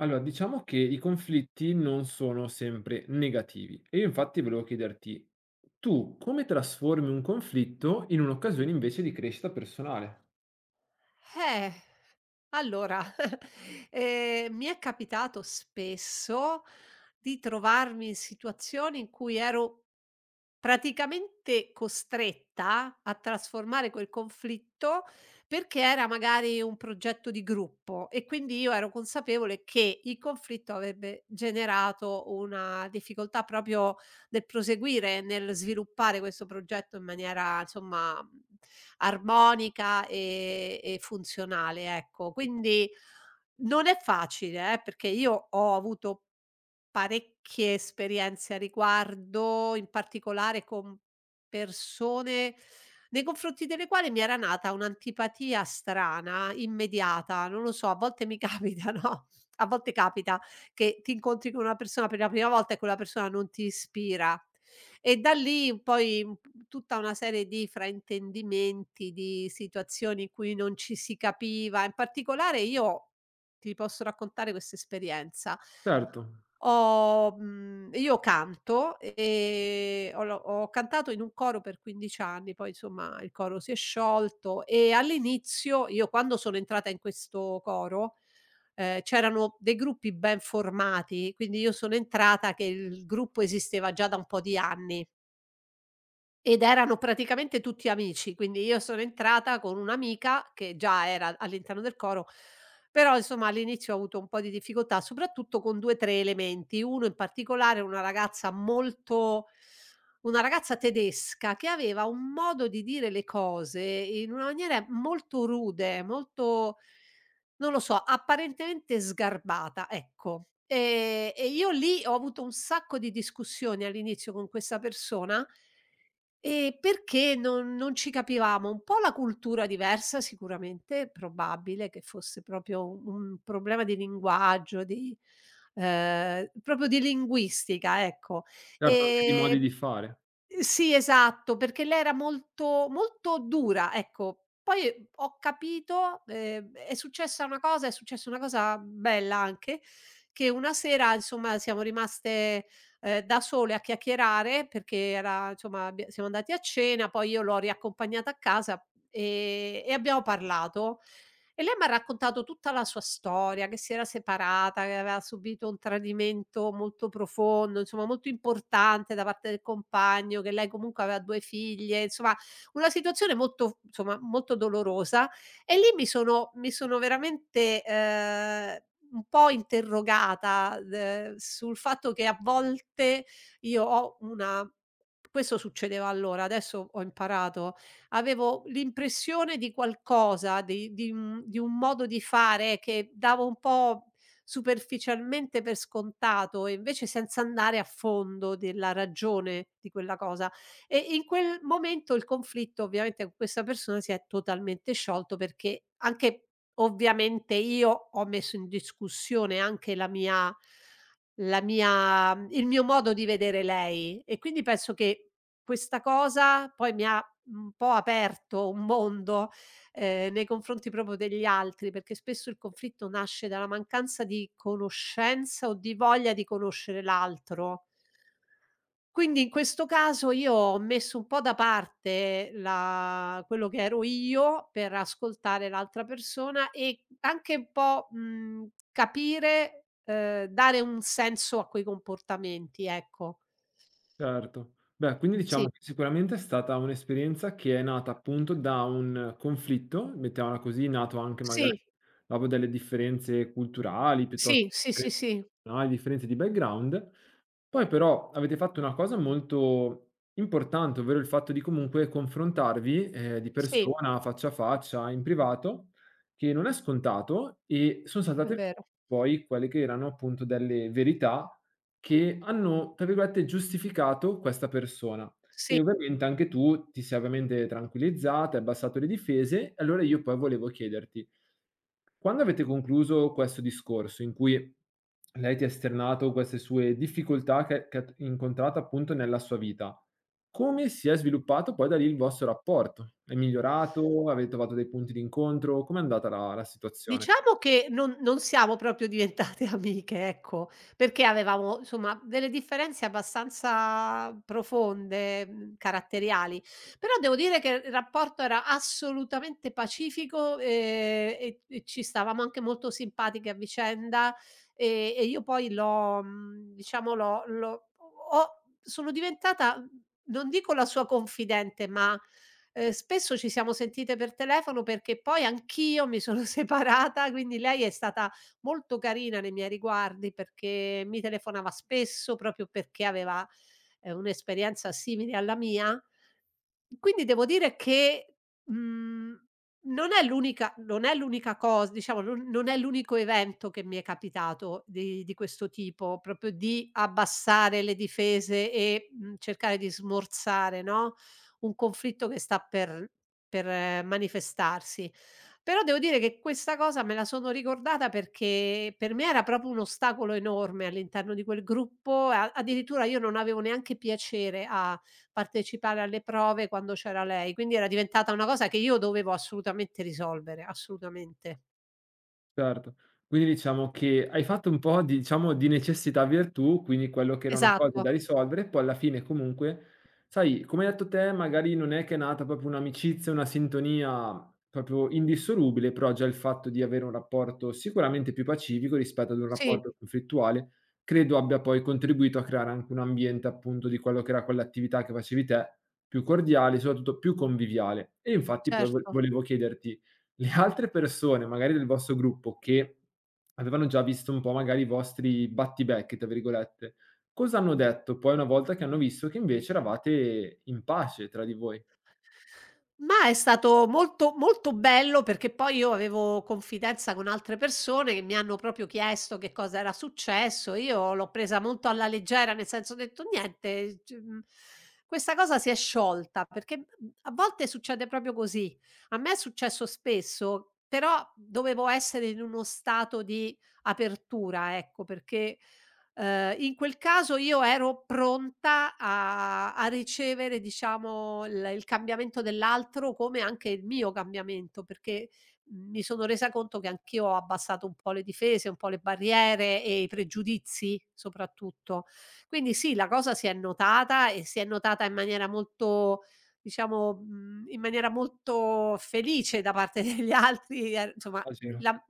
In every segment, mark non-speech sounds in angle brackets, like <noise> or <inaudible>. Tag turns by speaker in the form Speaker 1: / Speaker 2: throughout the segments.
Speaker 1: Allora, diciamo che i conflitti non sono sempre negativi e io infatti volevo chiederti, tu come trasformi un conflitto in un'occasione invece di crescita personale?
Speaker 2: Eh, allora, <laughs> mi è capitato spesso di trovarmi in situazioni in cui ero praticamente costretta a trasformare quel conflitto, perché era magari un progetto di gruppo e quindi io ero consapevole che il conflitto avrebbe generato una difficoltà proprio nel proseguire, nel sviluppare questo progetto in maniera insomma armonica e funzionale, ecco. Quindi non è facile, perché io ho avuto parecchie esperienze a riguardo, in particolare con persone nei confronti delle quali mi era nata un'antipatia strana, immediata. Non lo so, a volte mi <laughs> capita, no, a volte capita che ti incontri con una persona per la prima volta e quella persona non ti ispira. E da lì poi, tutta una serie di fraintendimenti, di situazioni in cui non ci si capiva. In particolare io ti posso raccontare questa esperienza.
Speaker 1: Certo,
Speaker 2: Io canto, ho cantato in un coro per 15 anni, poi insomma il coro si è sciolto e all'inizio io quando sono entrata in questo coro, c'erano dei gruppi ben formati, quindi io sono entrata che il gruppo esisteva già da un po' di anni. Ed erano praticamente tutti amici, quindi io sono entrata con un'amica che già era all'interno del coro, però insomma all'inizio ho avuto un po' di difficoltà, soprattutto con 2, 3 elementi. Uno in particolare, una ragazza tedesca che aveva un modo di dire le cose in una maniera molto rude, molto non lo so, apparentemente sgarbata, ecco. E io lì ho avuto un sacco di discussioni all'inizio con questa persona, perché non ci capivamo. Un po' la cultura diversa sicuramente, è probabile che fosse proprio u un problema di linguaggio, di proprio di linguistica, ecco.
Speaker 1: certo anche di modi
Speaker 2: Ehm
Speaker 1: di fare.
Speaker 2: sì, esatto, perché lei era molto molto dura, ecco. Poi ho capito. È successa una cosa bella anche, che una sera insomma siamo rimaste, da sole a chiacchierare perché era insomma abbia siamo andati a cena, poi io l'ho riaccompagnata a casa, e abbiamo parlato. E lei m'ha raccontato tutta la sua storia, che si era separata, che aveva subito un tradimento molto profondo, insomma molto importante da parte del compagno, che lei comunque aveva 2 figlie, insomma una situazione molto insomma molto dolorosa. E lì mi sono veramente, un po' interrogata, d sul fatto che a volte io ho una questo succedeva allora, adesso ho imparato, avevo l'impressione di qualcosa, di un modo di fare che davo un po' superficialmente per scontato e invece senza andare a fondo della ragione di quella cosa. E in quel momento il conflitto ovviamente con questa persona si è totalmente sciolto perché anche ovviamente io ho messo in discussione anche la mia il mio modo di vedere lei, e quindi penso che questa cosa poi mi ha un po' aperto un mondo, nei confronti proprio degli altri, perché spesso il conflitto nasce dalla mancanza di conoscenza o di voglia di conoscere l'altro. Quindi in questo caso io ho messo un po' da parte la quello che ero io per ascoltare l'altra persona e anche un po', capire, dare un senso a quei comportamenti, ecco.
Speaker 1: Certo. Beh, quindi diciamo
Speaker 2: Sì,
Speaker 1: che sicuramente è stata un'esperienza che è nata appunto da un conflitto, mettiamola così, nato anche magari
Speaker 2: sì,
Speaker 1: dopo delle differenze culturali, piuttosto
Speaker 2: sì, sì, sì,
Speaker 1: che
Speaker 2: sì,
Speaker 1: personali, differenze di background. Poi però avete fatto una cosa molto importante, ovvero il fatto di comunque confrontarvi di
Speaker 2: sì,
Speaker 1: persona, faccia a faccia, in privato, che non è scontato e sono
Speaker 2: è
Speaker 1: saltate
Speaker 2: vero.
Speaker 1: fuori poi quelle che erano appunto delle verità che hanno, tra virgolette, "giustificato" questa persona. E
Speaker 2: Sì.
Speaker 1: ovviamente anche tu ti sei ovviamente tranquillizzata, hai abbassato le difese, e allora io poi volevo chiederti: quando avete concluso questo discorso in cui lei ti ha esternato queste sue difficoltà che ha t incontrato appunto nella sua vita, come si è sviluppato poi da lì il vostro rapporto? È migliorato? Avete trovato dei punti d'incontro? Com'è andata la situazione?
Speaker 2: Diciamo che non siamo proprio diventate <laughs> amiche, ecco, perché avevamo insomma delle differenze abbastanza profonde, caratteriali, però devo dire che il rapporto era assolutamente pacifico, e ci stavamo anche molto simpatiche a vicenda, e io poi diciamo l'ho l'ho ho sono diventata, non dico la sua confidente, ma, spesso ci siamo sentite per telefono perché poi anch'io mi sono <laughs> separata, quindi lei è stata molto carina nei miei riguardi perché mi telefonava spesso proprio perché aveva, un'esperienza simile alla mia. Quindi devo dire che, mhmm, non è l'unica non è l'unica cos diciamo non è l'unico evento che mi è capitato di questo tipo, proprio di abbassare le difese e, cercare di smorzare, no, un conflitto che sta per manifestarsi. Però devo dire che questa cosa me la sono ricordata perché per me era proprio un ostacolo enorme all'interno di quel gruppo, a addirittura io non avevo neanche piacere a partecipare alle prove quando c'era lei, quindi era diventata una cosa che io dovevo assolutamente risolvere, assolutamente.
Speaker 1: Certo. Quindi diciamo che hai fatto un po' di, diciamo di necessità virtù, quindi quello che era una cosa
Speaker 2: Esatto,
Speaker 1: da risolvere, poi alla fine comunque, sai, come hai detto te, magari non è che è nata proprio un'amicizia, una sintonia proprio indissolubile, però già il fatto di avere un rapporto sicuramente più pacifico rispetto ad un
Speaker 2: sì,
Speaker 1: rapporto conflittuale, credo abbia poi contribuito a creare anche un ambiente appunto di quello che era quell'attività che facevi te, più cordiale, soprattutto più conviviale. E infatti poi vo
Speaker 2: certo.
Speaker 1: volevo chiederti le altre persone, magari del vostro gruppo, che avevano già visto un po' magari i vostri "battibecchi" tra virgolette, cosa hanno detto poi una volta che hanno visto che invece eravate in pace tra di voi?
Speaker 2: Ma è stato molto, molto bello perché poi io avevo confidenza con altre persone che mi hanno proprio chiesto che cosa era successo. Io l'ho presa molto alla leggera, nel senso ho detto niente, questa cosa si è sciolta perché, a volte succede proprio così. A me è successo spesso, però dovevo essere in uno stato di apertura, ecco, perché in quel caso io ero pronta a ricevere diciamo il cambiamento dell'altro, come anche il mio cambiamento, perché mi sono resa conto che anch'io ho abbassato un po' le difese, un po' le barriere e i pregiudizi soprattutto. Quindi sì, la cosa si è notata e si è notata in maniera molto diciamo, in maniera molto felice da parte <laughs> degli altri, insomma
Speaker 1: Ah, sì.
Speaker 2: la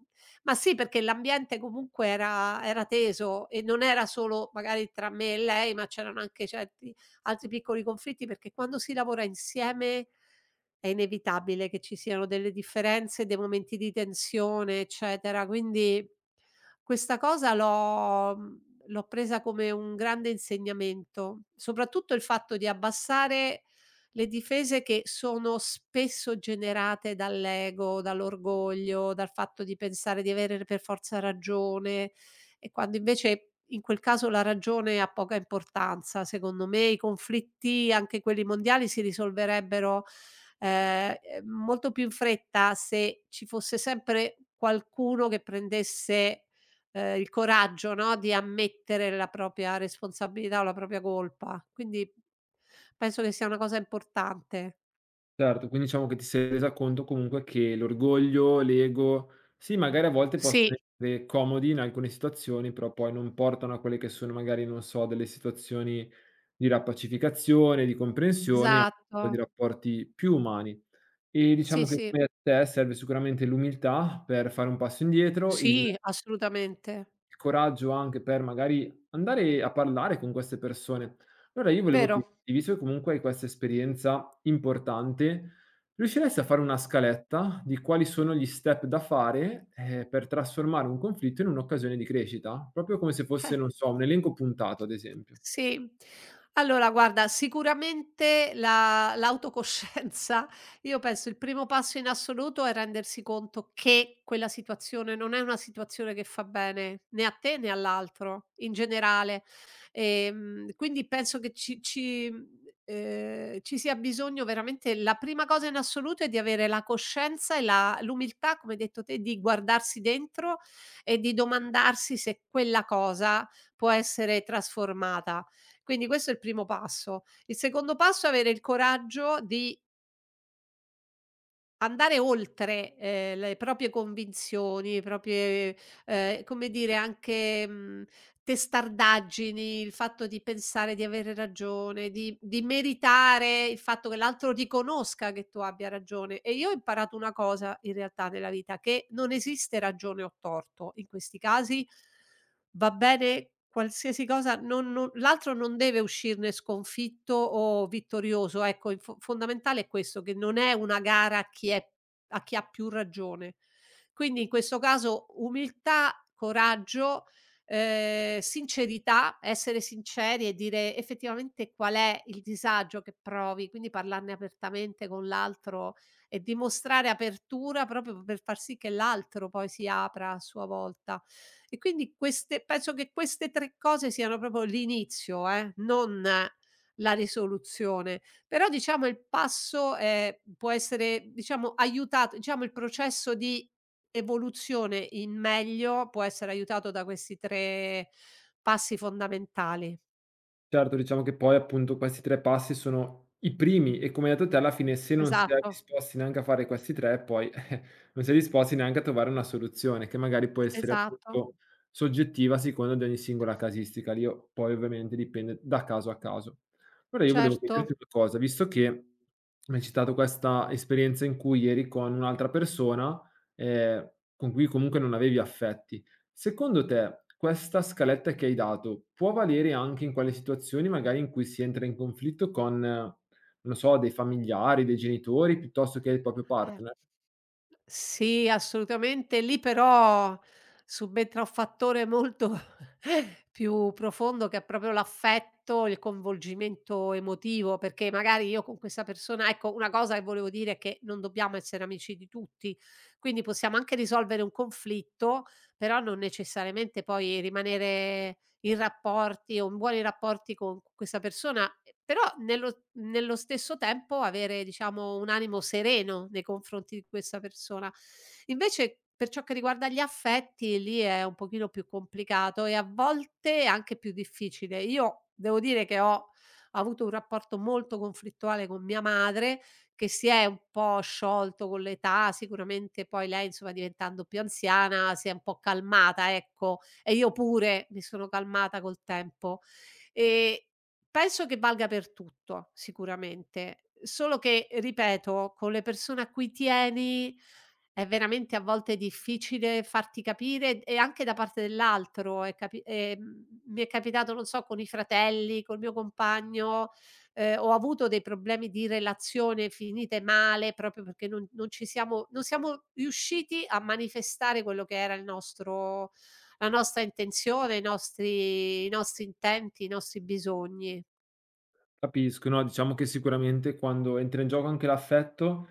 Speaker 2: ma sì, perché l'ambiente comunque era teso e non era solo magari tra me e lei, ma c'erano anche certi altri piccoli conflitti, perché quando si lavora insieme è inevitabile che ci siano delle differenze, dei momenti di tensione, eccetera. Quindi questa cosa l'ho presa come un grande insegnamento, soprattutto il fatto di abbassare le difese che sono spesso generate dall'ego, dall'orgoglio, dal fatto di pensare di avere per forza ragione e quando invece in quel caso la ragione ha poca importanza. Secondo me i conflitti, anche quelli mondiali, si risolverebbero, ehm, molto più in fretta se ci fosse sempre qualcuno che prendesse, il coraggio, no, di ammettere la propria responsabilità o la propria colpa. Quindi penso che sia una cosa importante.
Speaker 1: Certo, quindi diciamo che ti sei resa conto comunque che l'orgoglio, l'ego, sì magari a volte possono
Speaker 2: Sì.
Speaker 1: essere comodi in alcune situazioni, però poi non portano a quelle che sono magari, non so, delle situazioni di riappacificazione, di comprensione, di
Speaker 2: Esatto.
Speaker 1: rapporti più umani. E
Speaker 2: Sì,
Speaker 1: diciamo che
Speaker 2: sì.
Speaker 1: come a te serve sicuramente l'umiltà per fare un passo indietro, il
Speaker 2: Sì. Assolutamente.
Speaker 1: il coraggio anche per magari andare a parlare con queste persone. Allora io volevo
Speaker 2: Vero.
Speaker 1: chiederti, visto che comunque hai questa esperienza importante, riusciresti a fare una scaletta di quali sono gli step da fare, per trasformare un conflitto in un'occasione di crescita? Proprio come se fosse, non so, un elenco puntato ad esempio.
Speaker 2: Sì. Allora guarda, sicuramente la l'autocoscienza, <laughs> io penso il primo passo in assoluto è rendersi conto che quella situazione non è una situazione che fa bene né a te né all'altro, in generale. Quindi penso che ci sia bisogno. Veramente, la prima cosa in assoluto è di avere la coscienza e la l'umiltà, come hai detto te, di guardarsi dentro e di domandarsi se quella cosa può essere trasformata. Quindi questo è il primo passo. Il secondo passo è avere il coraggio di andare oltre, le proprie convinzioni, i proprie, come dire anche, testardaggini, il fatto di pensare di avere ragione, di meritare il fatto che l'altro riconosca che tu abbia ragione. E io ho imparato una cosa in realtà nella vita, che non esiste ragione o torto in questi casi. Va bene qualsiasi cosa, non l'altro non deve uscirne sconfitto o vittorioso, ecco, il fo fondamentale è questo, che non è una gara a chi ha più ragione. Quindi in questo caso umiltà, coraggio, sincerità, essere sinceri e dire effettivamente qual è il disagio che provi, quindi parlarne apertamente con l'altro e dimostrare apertura proprio per far sì che l'altro poi si apra a sua volta. E quindi queste penso che queste 3 cose siano proprio l'inizio, non la risoluzione. Però diciamo il passo, può essere diciamo aiutato, diciamo il processo di evoluzione in meglio può essere aiutato da questi 3 passi fondamentali.
Speaker 1: Certo, diciamo che poi appunto questi 3 passi sono i primi e come hai detto te alla fine se non si è
Speaker 2: Esatto,
Speaker 1: disposti neanche a fare questi 3 poi <laughs> non si è disposti neanche a trovare una soluzione che magari può essere
Speaker 2: esatto,
Speaker 1: appunto soggettiva a seconda di ogni singola casistica. Lì o poi ovviamente dipende da caso a caso. Allora io volevo chiederti
Speaker 2: certo,
Speaker 1: una cosa, visto che mi hai citato questa esperienza in cui eri con un'altra persona, con cui comunque non avevi affetti. Secondo te, questa scaletta che hai dato può valere anche in quelle situazioni magari in cui si entra in conflitto con, non so, dei familiari, dei genitori piuttosto che il proprio
Speaker 2: eh.
Speaker 1: partner?
Speaker 2: Sì, assolutamente. Lì però subentra un fattore molto <laughs> più profondo che è proprio l'affetto, il coinvolgimento emotivo, perché magari io con questa persona, ecco, una cosa che volevo dire è che non dobbiamo essere amici di tutti, quindi possiamo anche risolvere un conflitto, però non necessariamente poi rimanere i rapporti o buoni rapporti con questa persona, però nello stesso tempo avere diciamo un animo sereno nei confronti di questa persona. Invece per ciò che riguarda gli affetti, lì è un pochino più complicato e a volte anche più difficile. Io devo dire che ho avuto un rapporto molto conflittuale con mia madre, che si è un po' sciolto con l'età. Sicuramente poi lei, insomma, diventando più anziana si è un po' calmata, ecco, e io pure mi sono calmata col tempo. Ehm, Penso che valga per tutto sicuramente, solo che, ripeto, con le persone a cui tieni è veramente a volte difficile farti capire, e anche da parte dell'altro è capi mi è capitato, non so, con i fratelli, col mio compagno, ho avuto dei problemi di relazione finite male proprio perché non siamo riusciti a manifestare quello che era il nostro la nostra intenzione, i nostri intenti, i nostri bisogni.
Speaker 1: Capisco, no, diciamo che sicuramente quando entra in gioco anche l'affetto,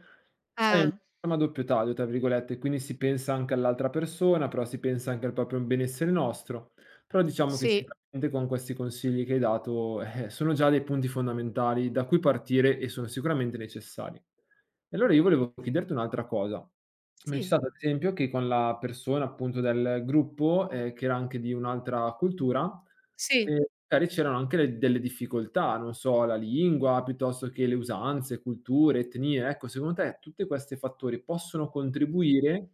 Speaker 1: sai, è un
Speaker 2: Eh,
Speaker 1: problema "a doppio taglio", tra virgolette, quindi si pensa anche all'altra persona, però si pensa anche al proprio benessere nostro. Però diciamo che
Speaker 2: sì,
Speaker 1: sicuramente con questi consigli che hai dato, sono già dei punti fondamentali da cui partire e sono sicuramente necessari. E allora io volevo chiederti un'altra cosa. C'è
Speaker 2: sì,
Speaker 1: stato ad esempio che con la persona appunto del gruppo, che era anche di un'altra cultura,
Speaker 2: sì.
Speaker 1: magari c'erano anche le delle difficoltà, non so, la lingua piuttosto che le usanze, culture, etnie. Ecco, secondo te tutti questi fattori possono contribuire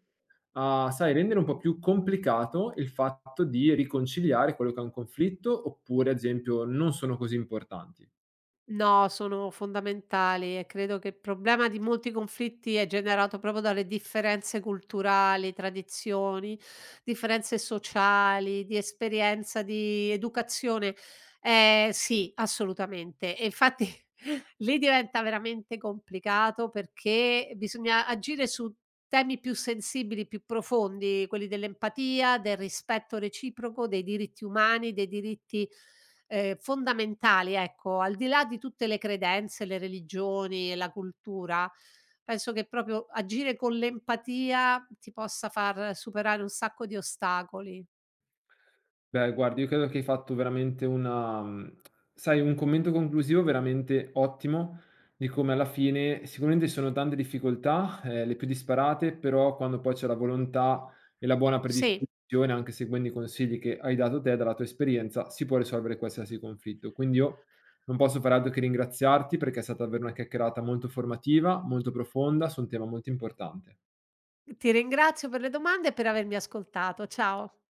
Speaker 1: a, sai, rendere un po' più complicato il fatto di riconciliare quello che è un conflitto, oppure ad esempio non sono così importanti?
Speaker 2: No, sono fondamentali e credo che il problema di molti conflitti è generato proprio dalle differenze culturali, tradizioni, differenze sociali, di esperienza, di educazione. Sì, assolutamente. E infatti <laughs> lì diventa veramente complicato perché bisogna agire su temi più sensibili, più profondi, quelli dell'empatia, del rispetto reciproco, dei diritti umani, dei diritti fondamentali, ecco, al di là di tutte le credenze, le religioni e la cultura. Penso che proprio agire con l'empatia ti possa far superare un sacco di ostacoli.
Speaker 1: Beh, guarda, io credo che hai fatto veramente una mhmm, sai, un commento conclusivo veramente ottimo di come alla fine sicuramente ci sono tante difficoltà, le più disparate, però quando poi c'è la volontà e la buona
Speaker 2: Sì,
Speaker 1: predisposizione, anche seguendo i consigli che hai dato te dalla tua esperienza, si può risolvere qualsiasi conflitto. Quindi io non posso fare altro che ringraziarti perché è stata davvero una chiacchierata molto formativa, molto profonda su un tema molto importante.
Speaker 2: ti ringrazio per le domande e per avermi ascoltato. Ciao.